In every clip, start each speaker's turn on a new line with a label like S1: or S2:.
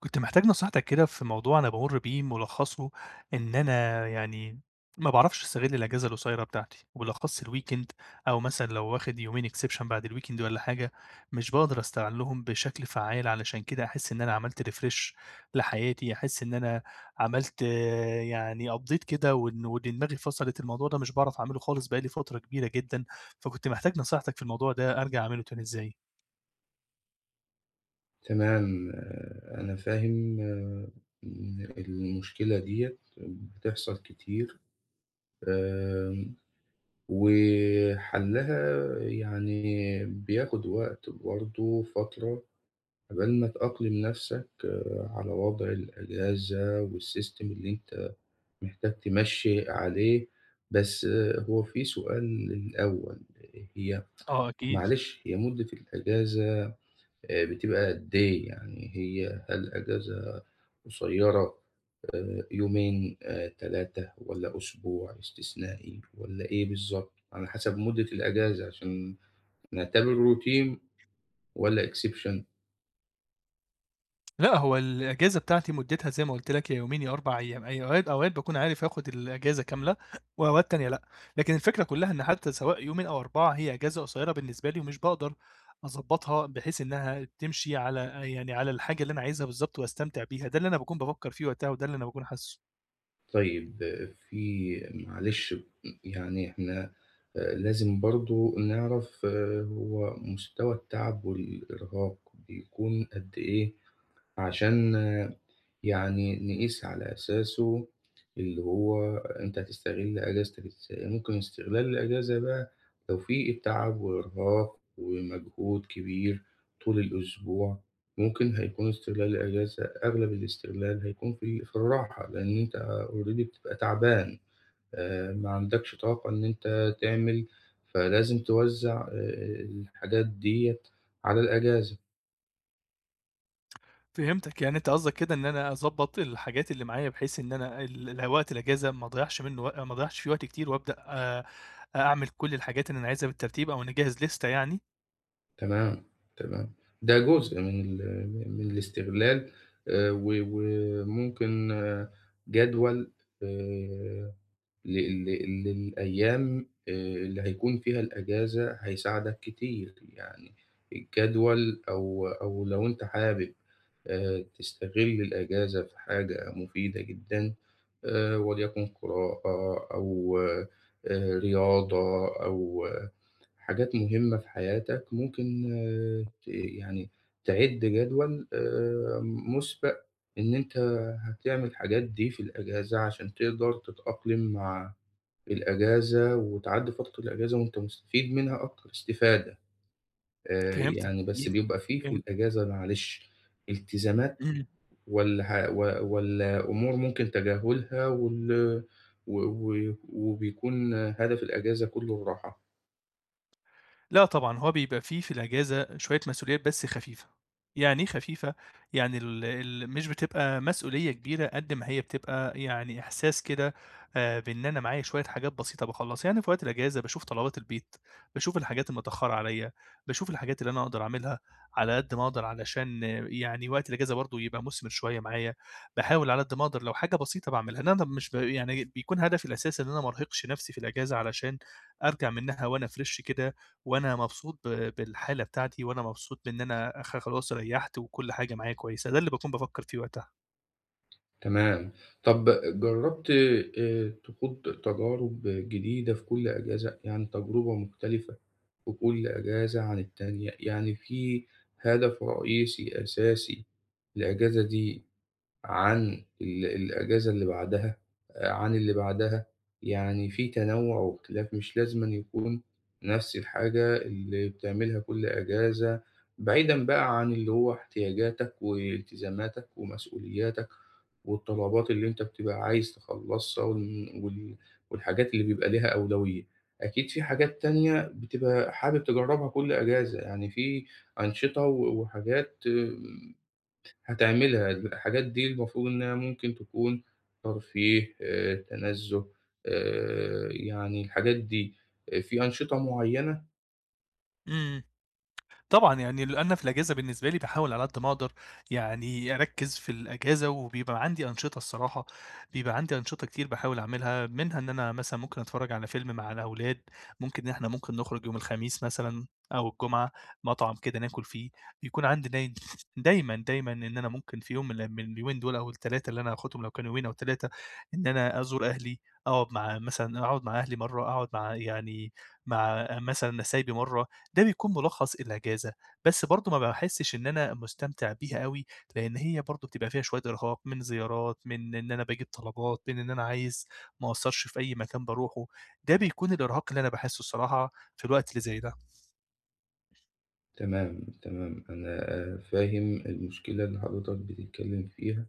S1: كنت محتاج نصيحتك كده في موضوع أنا بامُر بيه مُلخّصه إن أنا يعني ما باعرفش أستغل الأجازة القصيرة بتاعتي، وبالأخص الweekend أو مثلًا لو واخد يومين exception بعد الweekend والّا حاجة، مش باقدر أستغلّهم بشكل فعّال، علشان كده أحس إن أنا عملت refresh لحياتي، أحس إن أنا عملت يعني update كده وإن دماغي فصلت، الموضوع ده مش باعرف أعمله خالص بقى لي فترة كبيرة جدًا، فكنت محتاج نصيحتك في الموضوع ده أرجع أعمله تاني إزاي؟
S2: تمام، أنا فاهم. إن المشكلة ديّة بتحصل كتير. آمم وحلّها يعني بياخُد وقت، برضه فترة عقبال ما تأقلم نَفْسك، على وضع الأجازة والسيستم اللي أنت محتاج تمشّي عليه. بس، هو في سؤال الأول. هي
S1: آه، أكيد.
S2: معلش، هي مدة الأجازة بتبقى قد إيه؟ يعني هل أجازة قصيّرة؟ يومين، 3 والّا أسبوع استثنائي والّا إيه بالضبط؟ على حسب مدة الأجازة، عشان نعتبره routine والّا exception.
S1: لأ، هو الإجازة بتاعتي مُدّتها زي ما قُلت لك يا يومين يا 4 أيام، أي أوقات باكون عارف آخُد الإجازة كاملة وأوقات تانية لأ، لكن الفكرة كُلّها إن حتى سواء يومين أو 4 هي إجازة قصيّرة بالنسبة لي ومش باقدر أضبّطها بحيث إنها تمشي على يعني على الحاجة اللي أنا عايزها بالضبط واستمتع بيها، ده اللي أنا باكون بافكّر فيه وقتها وده اللي أنا باكون حاسّه.
S2: طيب، في معلش يعني إحنا لازم برضه نعرف، هو مستوى التعب والإرهاق بيكون قد إيه، عشان يعني نقيس على أساسه اللي هو أنت هتستغل أجازتك إزاي. ممكن استغلال الأجازة بقى لو في تعب وإرهاق ومجهود كبير طول الأسبوع، ممكن هيكون استغلال الأجازة، أغلب الاستغلال هيكون في الراحة، لأن أنت already بتبقى تعبان. ما عندكش طاقة إن أنت تعمل، فلازم توزّع الحاجات ديّة على الأجازة.
S1: فهمتك، يعني أنت قصدك كده إن أنا أضبّط الحاجات اللي معايا بحيث إن أنا ال وقت الإجازة ما أضيّعش منّه ما أضيّعش فيه وقت كتير وأبدأ أعمل كل الحاجات اللي أنا عايزها بالترتيب أو نجهّز ليستة يعني.
S2: تمام، تمام. ده جزء من الاستغلال. و وممكن، جدول آآ لل لل للأيام اللي هيكون فيها الأجازة هيساعدك كتير. يعني الجدول، أو لو أنت حابب تستغل الأجازة في حاجة مفيدة جدًا، وليكن قراءة أو رياضة، أو حاجات مهمة في حياتك، ممكن آه، ت يعني تعِد جدول مُسبَق إن أنت هتعمل الحاجات دي في الأجازة، عشان تقدر تتأقلم مع الأجازة وتعدّي فترة الأجازة وأنت مستفيد منها أكتر استفادة.
S1: فهمتك،
S2: يعني بس بيبقى في،
S1: فهمتك،
S2: الأجازة، معلش، التزامات
S1: إمم.
S2: والح و والأمور ممكن تجاهلها، وال و و وبيكون هدف الأجازة كُلّه الراحة،
S1: لأ، طبعًا، هو بيبقى في الأجازة شوية مسؤوليات بس خفيفة، يعني إيه خفيفة؟ يعني ال مش بتبقى مسؤولية كبيرة قد ما هي بتبقى يعني إحساس كده بإن أنا معايا شوية حاجات بسيطة باخلّصها، يعني في وقت الأجازة باشوف طلبات البيت، باشوف الحاجات المتأخرة عليَّ، باشوف الحاجات اللي أنا أقدر أعملها على قد ما أقدر علشان يعني وقت الأجازة برضه يبقى مثمر شوية معايا، باحاول على قد ما أقدر لو حاجة بسيطة باعملها، لأن أنا مش يعني بيكون هدفي الأساسي إن أنا ما أرهقش نفسي في الأجازة علشان أرجع منها وأنا فريش كده وأنا مبسوط بالحالة بتاعتي، وأنا مبسوط بإن أنا خلاص ريّحت وكل حاجة معايا كويسة، ده اللي باكون بافكّر فيه وقتها.
S2: تمام. طَب جرّبت تخوض تجارب جديدة في كل أجازة؟ يعني تجربة مختلفة في كل أجازة عن التانية. يعني في هدف رئيسي أساسي الأجازة دي عن الأجازة اللي بعدها، عن اللي بعدها. يعني في تنوُّع واختلاف، مش لازمًا يكون نفس الحاجة اللي بتعملها كل أجازة، بعيدًا بقى عن اللي هو احتياجاتك والتزاماتك ومسؤولياتك، والطلبات اللي أنت بتبقى عايز تخلّصها والحاجات اللي بيبقى ليها أولوية. أكيد في حاجات تانية بتبقى حابب تجرّبها كل أجازة. يعني في أنشطة وحاجات، هتعملها. الحاجات دي المفروض إنها ممكن تكون ترفيه، تنزُّه، يعني الحاجات دي. في أنشطة معيّنة؟
S1: إمم. طبعًا، يعني أنا في الأجازة بالنسبة لي باحاول على قد ما أقدر يعني أركّز في الأجازة، وبيبقى عندي أنشطة الصراحة، بيبقى عندي أنشطة كتير باحاول أعملها، منها إن أنا مثلًا ممكن أتفرّج على فيلم مع الأولاد، ممكن إن إحنا ممكن نخرج يوم الخميس مثلًا أو الجمعة مطعم كده ناكل فيه، بيكون عندي دايمًا، دايمًا إن أنا ممكن في يوم من اليومين دول أو ال3 اللي أنا هاخدهم لو كانوا يومين أو 3 إن أنا أزور أهلي، أقعد مع أهلي مرّة، أقعد مع مثلًا نسايبي مرّة، ده بيكون ملخص الأجازة، بس برضه ما باحسّش إن أنا مستمتع بيها أوي، لإن هي برضه بتبقى فيها شوية إرهاق من زيارات، من إن أنا باجيب طلبات، من إن أنا عايز ما أقصّرش في أي مكان باروحه، ده بيكون الإرهاق اللي أنا باحسّه الصراحة في الوقت اللي زي ده.
S2: تمام، تمام. أنا، فاهم المشكلة اللي حضرتك بتتكلّم فيها.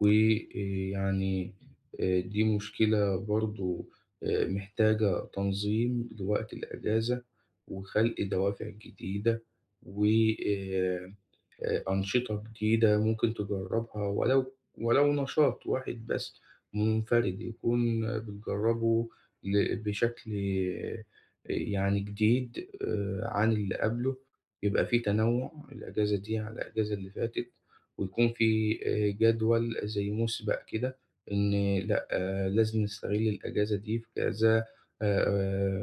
S2: ويعني دي مشكلة برضه محتاجة تنظيم لوقت الأجازة، وخلق دوافع جديدة، و آآ أنشطة جديدة ممكن تجرّبها، ولو نشاط واحد بس مُنفَرِد يكون بتجرّبه بشكل، آه، يعني جديد عن اللي قبله. يبقى في تنوُّع الأجازة دي على الأجازة اللي فاتت، ويكون في جدول زي مُسبَق كده. إن لأ، لازم نستغل الأجازة دي في كذا،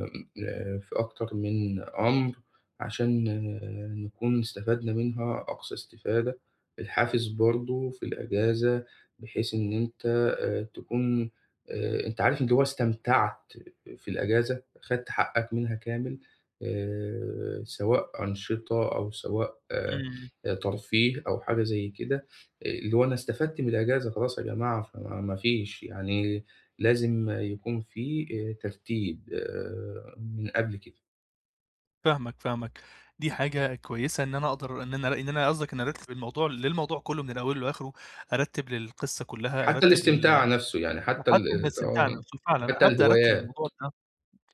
S2: آمم، في أكتر من أمر، عشان نكون استفدنا منها أقصى استفادة. الحافز برضه في الأجازة، بحيث إن أنت تكون أنت عارف اللي هو استمتعت في الأجازة، خدت حقك منها كامل، سواء أنشطة أو سواء
S1: إمم،
S2: ترفيه أو حاجة زي كده. اللي هو أنا استفدت من الأجازة، خلاص يا جماعة، فما ما فيش. يعني لازم يكون في ترتيب من قبل كده.
S1: فاهمك، فاهمك. دي حاجة كويسة إن أنا أقدر إن أنا إن أنا قصدك إن أرتّب الموضوع للموضوع كُلّه من أوله لآخره، أرتّب للقصة كُلّها،
S2: حتى
S1: أرتّب
S2: الاستمتاع نَفْسه، يعني حتى ال
S1: حتى
S2: آه،
S1: للاستمتاع نَفْسه فعلًا،
S2: حتى
S1: هابدأ أرتّب
S2: الهوايات.
S1: الموضوع ده.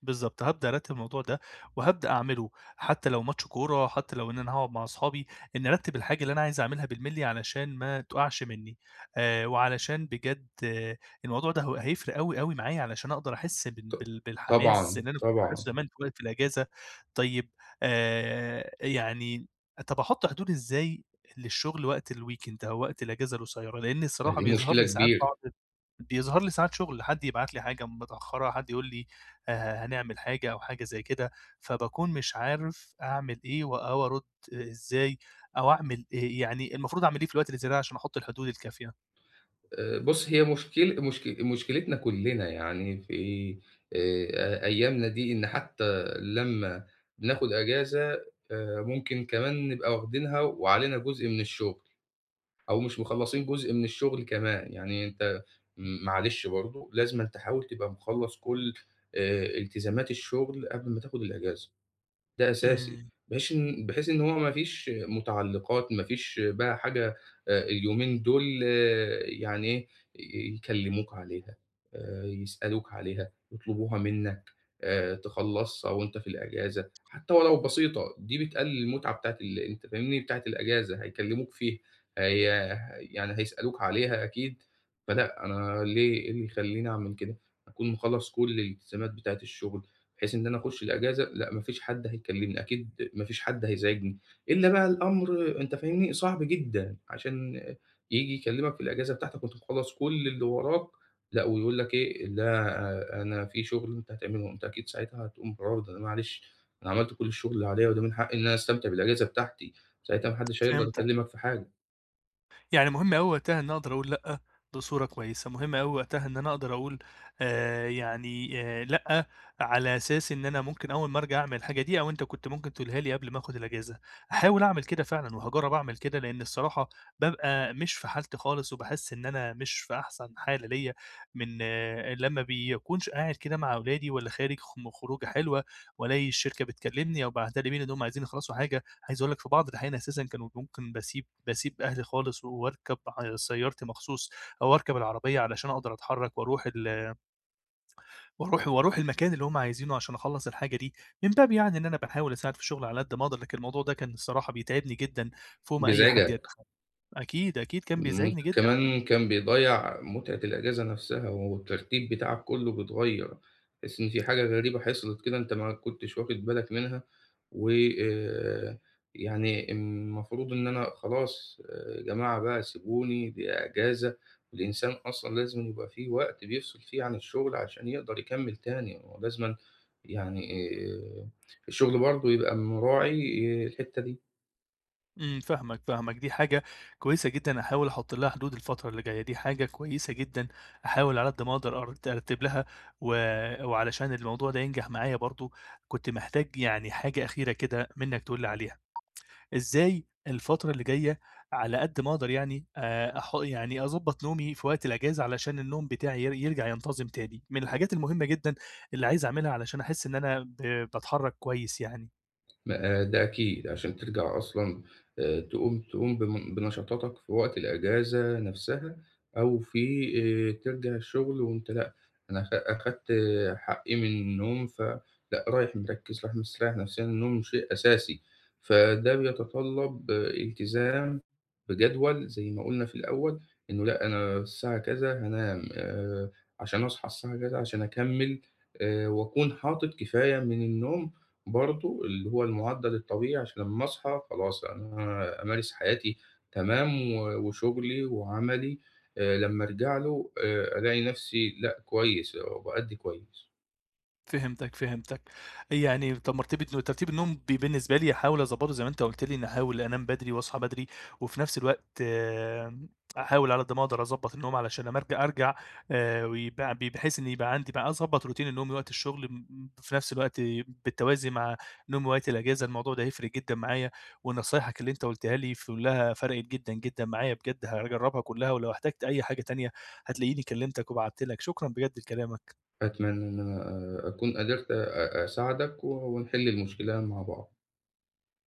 S1: بالضبط، هابدأ أرتّب الموضوع ده، وهابدأ أعمله، حتى لو ماتش كورة، حتى لو إن أنا هاقعد مع أصحابي، إن أرتّب الحاجة اللي أنا عايز أعملها بالملي علشان ما تُقعش منّي، وعلشان بجد الموضوع ده هو هيفرق أوي، أوي معايا علشان أقدر أحس بال
S2: ط
S1: بال بالحماس
S2: طبعًا،
S1: اللي أنا كنت
S2: طبعًا.
S1: باحسه زمان في وقت الأجازة. طيب آآ، يعني طَب أحط حدود إزاي للشغل وقت الweekend أو وقت الأجازة القصيرة؟ لإن
S2: ما
S1: الصراحة
S2: دي
S1: بيظهر
S2: مشكلة
S1: لي ساعات
S2: كبيرة.
S1: بيظهر لي ساعات شغل، حد يبعت لي حاجة متأخرة، حد يقول لي هنعمل حاجة أو حاجة زي كده، فباكون مش عارف أعمل إيه أو أرُد إزاي أو أعمل إيه، يعني المفروض أعمل إيه في الوقت اللي زي ده عشان أحُط الحدود الكافية؟
S2: بُص، هي مشكلتنا كُلّنا. يعني في أيامنا دي، إن حتى لمّا بناخُد أجازة، ممكن كمان نبقى واخدينها وعلينا جزء من الشُغل، أو مش مخلّصين جزء من الشُغل كمان. يعني أنت معلش، برضه لازمًا تحاول تبقى مخلّص كل التزامات الشُغل قبل ما تاخُد الأجازة. ده أساسي،
S1: إمم.
S2: بحيث إن هو ما فيش متعلقات، ما فيش بقى حاجة اليومين دول، يعني إيه، يكلموك عليها، يسألوك عليها، يطلبوها منّك، تخلّصها وأنت في الأجازة. حتى ولو بسيطة، دي بتقلل المتعة بتاعة ال، أنت فاهمني، بتاعة الأجازة. هيكلموك فيها، هي يعني هيسألوك عليها أكيد. فلأ، أنا ليه؟ إيه اللي يخلّيني أعمل كده؟ أكون مخلّص كل الالتزامات بتاعة الشغل، بحيث إن أنا أخُش الأجازة. لأ، ما فيش حد هيكلّمني، أكيد ما فيش حد هيزعجني، إلّا بقى الأمر، أنت فاهمني، صعب جدًا عشان ييجي يكلّمك في الأجازة بتاعتك وأنت مخلّص كل اللي وراك. لأ، ويقول لك إيه، لأ أنا في شُغل أنت هتعمله؟ أنت أكيد ساعتها هتقوم رافض. أنا معلش، أنا عملت كل الشُغل اللي عليّا، وده من حقّي إن أنا أستمتع بالأجازة بتاعتي. ساعتها ما حدّش هيقدر
S1: فهمت،
S2: يكلّمك في حاجة.
S1: يعني مهم أوي وقتها إن أنا أقدر أقول لأ بصورة كويسة، مهم أوي وقتها إن أنا أقدر أقول لأ، على أساس إن أنا ممكن أول ما أرجع أعمل الحاجة دي أو أنت كنت ممكن تقولها لي قبل ما آخد الأجازة، هاحاول أعمل كده فعلًا وهاجرّب أعمل كده، لإن الصراحة بابقى مش في حالتي خالص وباحس إن أنا مش في أحسن حالة ليّا من لمّا بيكونش قاعد كده مع أولادي والّا خارج خروجة حلوة وألاقي الشركة بتكلمني أو باعتة لي ميل إن هم عايزين يخلصوا حاجة، عايز أقول لك في بعض الأحيان أساسًا كانوا ممكن باسيب أهلي خالص وأركب ع سيارتي مخصوص أو أركب العربية علشان أقدر أتحرّك وأروح وأروح المكان اللي هم عايزينه عشان أخلّص الحاجة دي، من باب يعني إن أنا باحاول أساعد في الشغل على قد ما أقدر، لكن الموضوع ده كان الصراحة بيتعبني جدًا فوق ما أي حد
S2: بيزعجك.
S1: يتخيّل. أكيد، أكيد كان بيزعجني
S2: ممكن
S1: جدًا
S2: كمان
S1: حقيقي.
S2: كان بيضيّع متعة الأجازة نفسها، والترتيب بتاعك كلّه بيتغيّر. تحس إن في حاجة غريبة حصلت كده أنت ما كنتش واخد بالك منها. و آآ يعني المفروض إن أنا خلاص، يا جماعة بقى سيبوني، دي أجازة. الإنسان أصلًا لازمًا يبقى في وقت بيفصل فيه عن الشغل عشان يقدر يكمّل تاني. هو لازمًا يعني آآ الشغل برضه يبقى مراعي الحتّة دي.
S1: إمم، فاهمك، فاهمك، دي حاجة كويسة جدًا أحاول أحُط لها حدود الفترة اللي جاية، دي حاجة كويسة جدًا أحاول على قد ما أقدر أرتِب لها و وعلشان الموضوع ده ينجح معايا برضه، كنت محتاج يعني حاجة أخيرة كده منّك تقول لي عليها، إزاي الفترة اللي جاية على قد ما أقدر يعني أح يعني أضبّط نومي في وقت الأجازة علشان النوم بتاعي يرجع ينتظم تاني، من الحاجات المهمة جدًا اللي عايز أعملها علشان أحس إن أنا باتحرّك كويس يعني.
S2: ما، ده أكيد. عشان ترجع أصلًا تقوم، تقوم بم بنشاطاتك في وقت الأجازة نفسها، أو في ترجع الشغل وأنت لأ، أنا أخدت، حقّي من النوم. فلأ، رايح مركّز، رايح مستريّح نفسيًا. النوم شيء أساسي، فده بيتطلّب التزام بجدول زي ما قُلنا في الأول. إنه لأ، أنا الساعة كذا هانام عشان أصحى الساعة كذا، عشان أكمّل وأكون حاطط كفاية من النوم، برضه اللي هو المُعدَّل الطبيعي، عشان لمّا أصحى خلاص أنا أمارس حياتي تمام، وشُغلي وعملي لمّا أرجع له ألاقي نَفْسي، لأ كويس، وبأدّي كويس.
S1: فهمتك، فهمتك. يعني طب مرتبة ترتيب النوم بالنسبة لي هاحاول أضبّطه زي ما أنت قُلت لي، إني أحاول أنام بدري وأصحى بدري، وفي نفس الوقت أحاول على قد ما أقدر أضبّط النوم علشان أما أرجع ويبقى بحيث إن يبقى عندي بقى أضبّط روتين النوم وقت الشغل في نفس الوقت بالتوازي مع نومي وقت الأجازة، الموضوع ده هيفرق جدًا معايا، ونصايحك اللي أنت قُلتها لي كلّها فرقِت جدًا، جدًا معايا بجد هاجرّبها كلّها، ولو احتجت أي حاجة تانية هتلاقيني كلّمتك وبعتّ لك، شكرًا بجد لكلامك.
S2: أتمنى إن أنا، أكون قدرت أساعدك ونحِل المشكلة مع بعض.